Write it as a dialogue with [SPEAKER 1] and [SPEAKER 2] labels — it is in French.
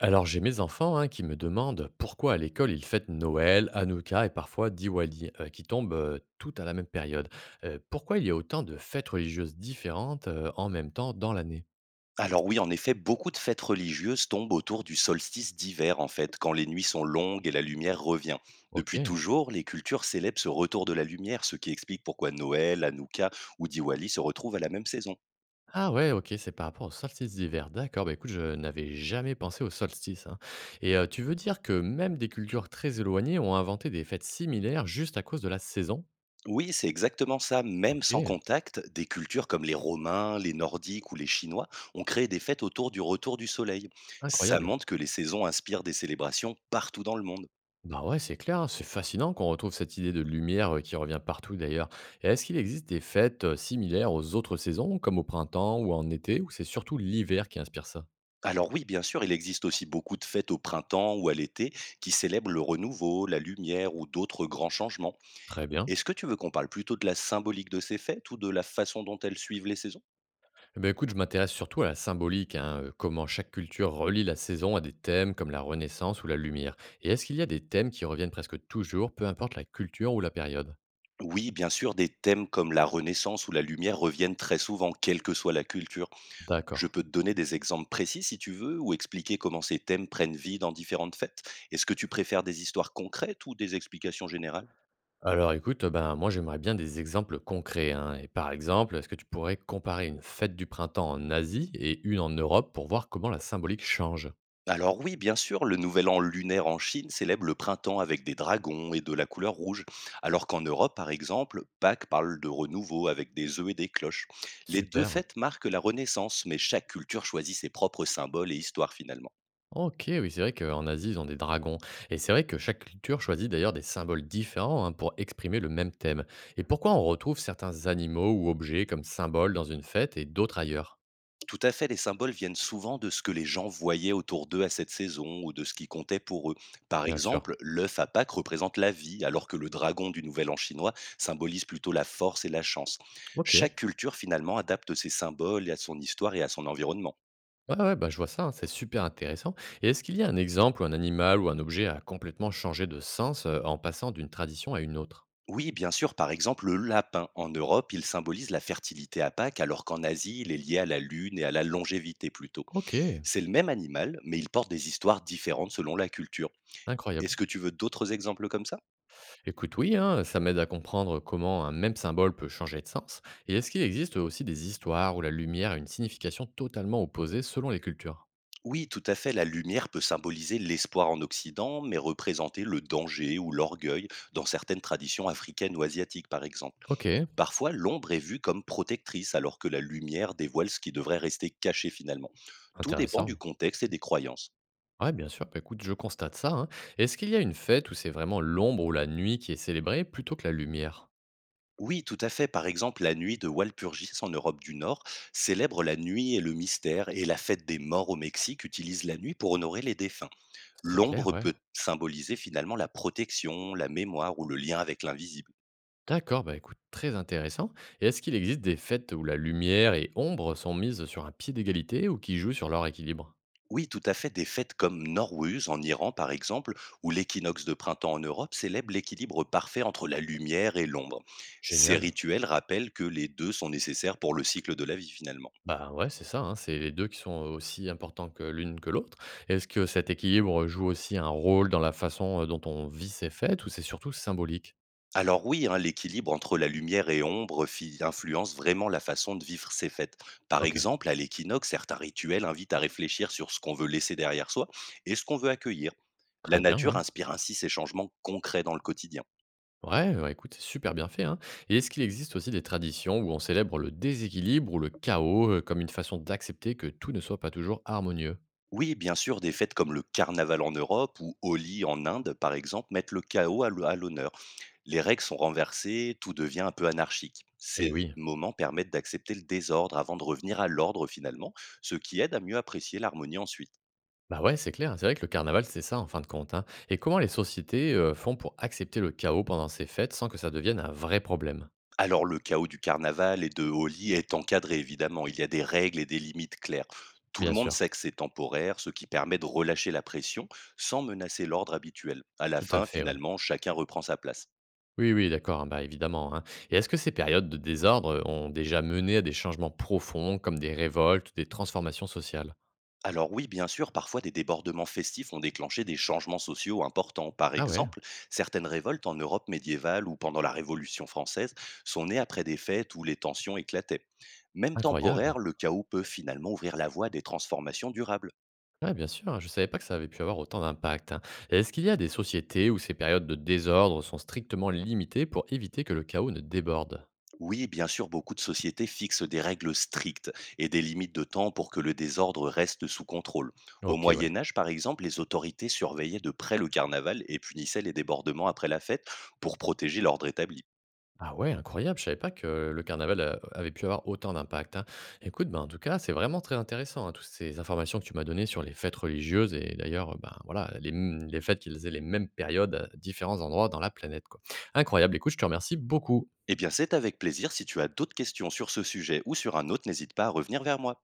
[SPEAKER 1] Alors j'ai mes enfants hein, qui me demandent pourquoi à l'école ils fêtent Noël, Hanouka et parfois Diwali, qui tombent toutes à la même période. Pourquoi il y a autant de fêtes religieuses différentes en même temps dans l'année.
[SPEAKER 2] Alors oui, en effet, beaucoup de fêtes religieuses tombent autour du solstice d'hiver, en fait, quand les nuits sont longues et la lumière revient. Depuis
[SPEAKER 1] Ok.
[SPEAKER 2] toujours, les cultures célèbrent ce retour de la lumière, ce qui explique pourquoi Noël, Hanouka ou Diwali se retrouvent à la même saison.
[SPEAKER 1] Ah ouais, ok, c'est par rapport au solstice d'hiver. D'accord, bah écoute, je n'avais jamais pensé au solstice, hein. Et tu veux dire que même des cultures très éloignées ont inventé des fêtes similaires juste à cause de la saison.
[SPEAKER 2] Oui, c'est exactement ça. Même sans
[SPEAKER 1] Ok,
[SPEAKER 2] contact, des cultures comme les Romains, les Nordiques ou les Chinois ont créé des fêtes autour du retour du soleil. Ça
[SPEAKER 1] incroyable.
[SPEAKER 2] montre que les saisons inspirent des célébrations partout dans le monde.
[SPEAKER 1] Bah ouais, c'est clair, hein, c'est fascinant qu'on retrouve cette idée de lumière qui revient partout d'ailleurs. Et est-ce qu'il existe des fêtes similaires aux autres saisons, comme au printemps ou en été, ou c'est surtout l'hiver qui inspire ça?
[SPEAKER 2] Alors oui, bien sûr, il existe aussi beaucoup de fêtes au printemps ou à l'été qui célèbrent le renouveau, la lumière ou d'autres grands changements.
[SPEAKER 1] Très bien.
[SPEAKER 2] Est-ce que tu veux qu'on parle plutôt de la symbolique de ces fêtes ou de la façon dont elles suivent les saisons?
[SPEAKER 1] Eh ben écoute, je m'intéresse surtout à la symbolique, hein, comment chaque culture relie la saison à des thèmes comme la Renaissance ou la lumière. Et est-ce qu'il y a des thèmes qui reviennent presque toujours, peu importe la culture ou la période?
[SPEAKER 2] Oui, bien sûr, des thèmes comme la Renaissance ou la lumière reviennent très souvent, quelle que soit la culture.
[SPEAKER 1] D'accord.
[SPEAKER 2] Je peux te donner des exemples précis si tu veux ou expliquer comment ces thèmes prennent vie dans différentes fêtes. Est-ce que tu préfères des histoires concrètes ou des explications générales?
[SPEAKER 1] Alors écoute, ben, moi j'aimerais bien des exemples concrets, hein. Et par exemple, est-ce que tu pourrais comparer une fête du printemps en Asie et une en Europe pour voir comment la symbolique change?
[SPEAKER 2] Alors oui, bien sûr, le nouvel an lunaire en Chine célèbre le printemps avec des dragons et de la couleur rouge, alors qu'en Europe, par exemple, Pâques parle de renouveau avec des œufs et des cloches. Les deux
[SPEAKER 1] Super.
[SPEAKER 2] fêtes marquent la Renaissance, mais chaque culture choisit ses propres symboles et histoires finalement.
[SPEAKER 1] Ok, oui, c'est vrai qu'en Asie, ils ont des dragons. Et c'est vrai que chaque culture choisit d'ailleurs des symboles différents hein, pour exprimer le même thème. Et pourquoi on retrouve certains animaux ou objets comme symboles dans une fête et d'autres ailleurs?
[SPEAKER 2] Tout à fait, les symboles viennent souvent de ce que les gens voyaient autour d'eux à cette saison ou de ce qui comptait pour eux. Par
[SPEAKER 1] Bien sûr.
[SPEAKER 2] exemple, l'œuf à Pâques représente la vie, alors que le dragon du Nouvel An chinois symbolise plutôt la force et la chance.
[SPEAKER 1] Ok.
[SPEAKER 2] Chaque culture finalement adapte ses symboles à son histoire et à son environnement.
[SPEAKER 1] Ouais, ouais, bah, je vois ça, hein, c'est super intéressant. Et est-ce qu'il y a un exemple où un animal ou un objet a complètement changé de sens en passant d'une tradition à une autre?
[SPEAKER 2] Oui, bien sûr, par exemple, le lapin. En Europe, il symbolise la fertilité à Pâques, alors qu'en Asie, il est lié à la lune et à la longévité plutôt.
[SPEAKER 1] Ok,
[SPEAKER 2] C'est le même animal, mais il porte des histoires différentes selon la culture.
[SPEAKER 1] incroyable.
[SPEAKER 2] Est-ce que tu veux d'autres exemples comme ça?
[SPEAKER 1] Écoute, oui, hein, ça m'aide à comprendre comment un même symbole peut changer de sens. Et est-ce qu'il existe aussi des histoires où la lumière a une signification totalement opposée selon les cultures?
[SPEAKER 2] Oui, tout à fait, la lumière peut symboliser l'espoir en Occident, mais représenter le danger ou l'orgueil dans certaines traditions africaines ou asiatiques, par exemple.
[SPEAKER 1] Ok,
[SPEAKER 2] Parfois, l'ombre est vue comme protectrice, alors que la lumière dévoile ce qui devrait rester caché finalement. Tout dépend du
[SPEAKER 1] intéressant.
[SPEAKER 2] contexte et des croyances.
[SPEAKER 1] Ouais, bien sûr, bah, écoute, je constate ça, hein. Est-ce qu'il y a une fête où c'est vraiment l'ombre ou la nuit qui est célébrée plutôt que la lumière?
[SPEAKER 2] Oui, tout à fait. Par exemple, la nuit de Walpurgis en Europe du Nord célèbre la nuit et le mystère, et la fête des morts au Mexique utilise la nuit pour honorer les défunts.
[SPEAKER 1] C'est clair,
[SPEAKER 2] L'ombre
[SPEAKER 1] ouais.
[SPEAKER 2] peut symboliser finalement la protection, la mémoire ou le lien avec l'invisible.
[SPEAKER 1] D'accord, bah écoute, très intéressant. Et est-ce qu'il existe des fêtes où la lumière et ombre sont mises sur un pied d'égalité ou qui jouent sur leur équilibre?
[SPEAKER 2] Oui, tout à fait. Des fêtes comme Norwuz en Iran, par exemple, ou l'équinoxe de printemps en Europe célèbrent l'équilibre parfait entre la lumière et l'ombre. Ces
[SPEAKER 1] Génial.
[SPEAKER 2] rituels rappellent que les deux sont nécessaires pour le cycle de la vie, finalement.
[SPEAKER 1] Bah ouais, c'est ça, hein, c'est les deux qui sont aussi importants que l'une que l'autre. Est-ce que cet équilibre joue aussi un rôle dans la façon dont on vit ces fêtes ou c'est surtout symbolique?
[SPEAKER 2] Alors oui, hein, l'équilibre entre la lumière et ombre influence vraiment la façon de vivre ces fêtes. Par
[SPEAKER 1] Ok,
[SPEAKER 2] exemple, à l'équinoxe, certains rituels invitent à réfléchir sur ce qu'on veut laisser derrière soi et ce qu'on veut accueillir. La
[SPEAKER 1] très bien,
[SPEAKER 2] nature
[SPEAKER 1] ouais.
[SPEAKER 2] inspire ainsi ces changements concrets dans le quotidien.
[SPEAKER 1] Ouais, ouais, écoute, c'est super bien fait, hein. Et est-ce qu'il existe aussi des traditions où on célèbre le déséquilibre ou le chaos comme une façon d'accepter que tout ne soit pas toujours harmonieux?
[SPEAKER 2] Oui, bien sûr, des fêtes comme le carnaval en Europe ou Holi en Inde, par exemple, mettent le chaos à l'honneur. Les règles sont renversées, tout devient un peu anarchique.
[SPEAKER 1] Eh
[SPEAKER 2] Ces
[SPEAKER 1] oui.
[SPEAKER 2] moments permettent d'accepter le désordre avant de revenir à l'ordre finalement, ce qui aide à mieux apprécier l'harmonie ensuite.
[SPEAKER 1] Bah ouais, c'est clair. C'est vrai que le carnaval, c'est ça en fin de compte, hein. Et comment les sociétés font pour accepter le chaos pendant ces fêtes sans que ça devienne un vrai problème?
[SPEAKER 2] Alors le chaos du carnaval et de Holi est encadré évidemment, il y a des règles et des limites claires. Tout
[SPEAKER 1] Bien
[SPEAKER 2] le monde sait
[SPEAKER 1] sûr,
[SPEAKER 2] que c'est temporaire, ce qui permet de relâcher la pression sans menacer l'ordre habituel. À la
[SPEAKER 1] tout à
[SPEAKER 2] fin,
[SPEAKER 1] fait, ouais.
[SPEAKER 2] finalement, chacun reprend sa place.
[SPEAKER 1] Oui, oui, d'accord, hein, bah évidemment, hein. Et est-ce que ces périodes de désordre ont déjà mené à des changements profonds, comme des révoltes ou des transformations sociales?
[SPEAKER 2] Alors oui, bien sûr, parfois des débordements festifs ont déclenché des changements sociaux importants. Par
[SPEAKER 1] Ah ouais,
[SPEAKER 2] exemple, certaines révoltes en Europe médiévale ou pendant la Révolution française sont nées après des fêtes où les tensions éclataient. Même temporaire,
[SPEAKER 1] incroyable.
[SPEAKER 2] le chaos peut finalement ouvrir la voie à des transformations durables.
[SPEAKER 1] Ouais, bien sûr, hein, je savais pas que ça avait pu avoir autant d'impact, hein. Et est-ce qu'il y a des sociétés où ces périodes de désordre sont strictement limitées pour éviter que le chaos ne déborde?
[SPEAKER 2] Oui, bien sûr, beaucoup de sociétés fixent des règles strictes et des limites de temps pour que le désordre reste sous contrôle. Au
[SPEAKER 1] Ok, ouais.
[SPEAKER 2] Moyen Âge, par exemple, les autorités surveillaient de près le carnaval et punissaient les débordements après la fête pour protéger l'ordre établi.
[SPEAKER 1] Ah ouais, incroyable, je savais pas que le carnaval avait pu avoir autant d'impact, hein. Écoute, ben, en tout cas, c'est vraiment très intéressant, hein, toutes ces informations que tu m'as données sur les fêtes religieuses et d'ailleurs, ben, voilà, les, les fêtes qu'ils aient les mêmes périodes à différents endroits dans la planète. Quoi. Incroyable, écoute, je te remercie beaucoup.
[SPEAKER 2] Eh bien, c'est avec plaisir. Si tu as d'autres questions sur ce sujet ou sur un autre, n'hésite pas à revenir vers moi.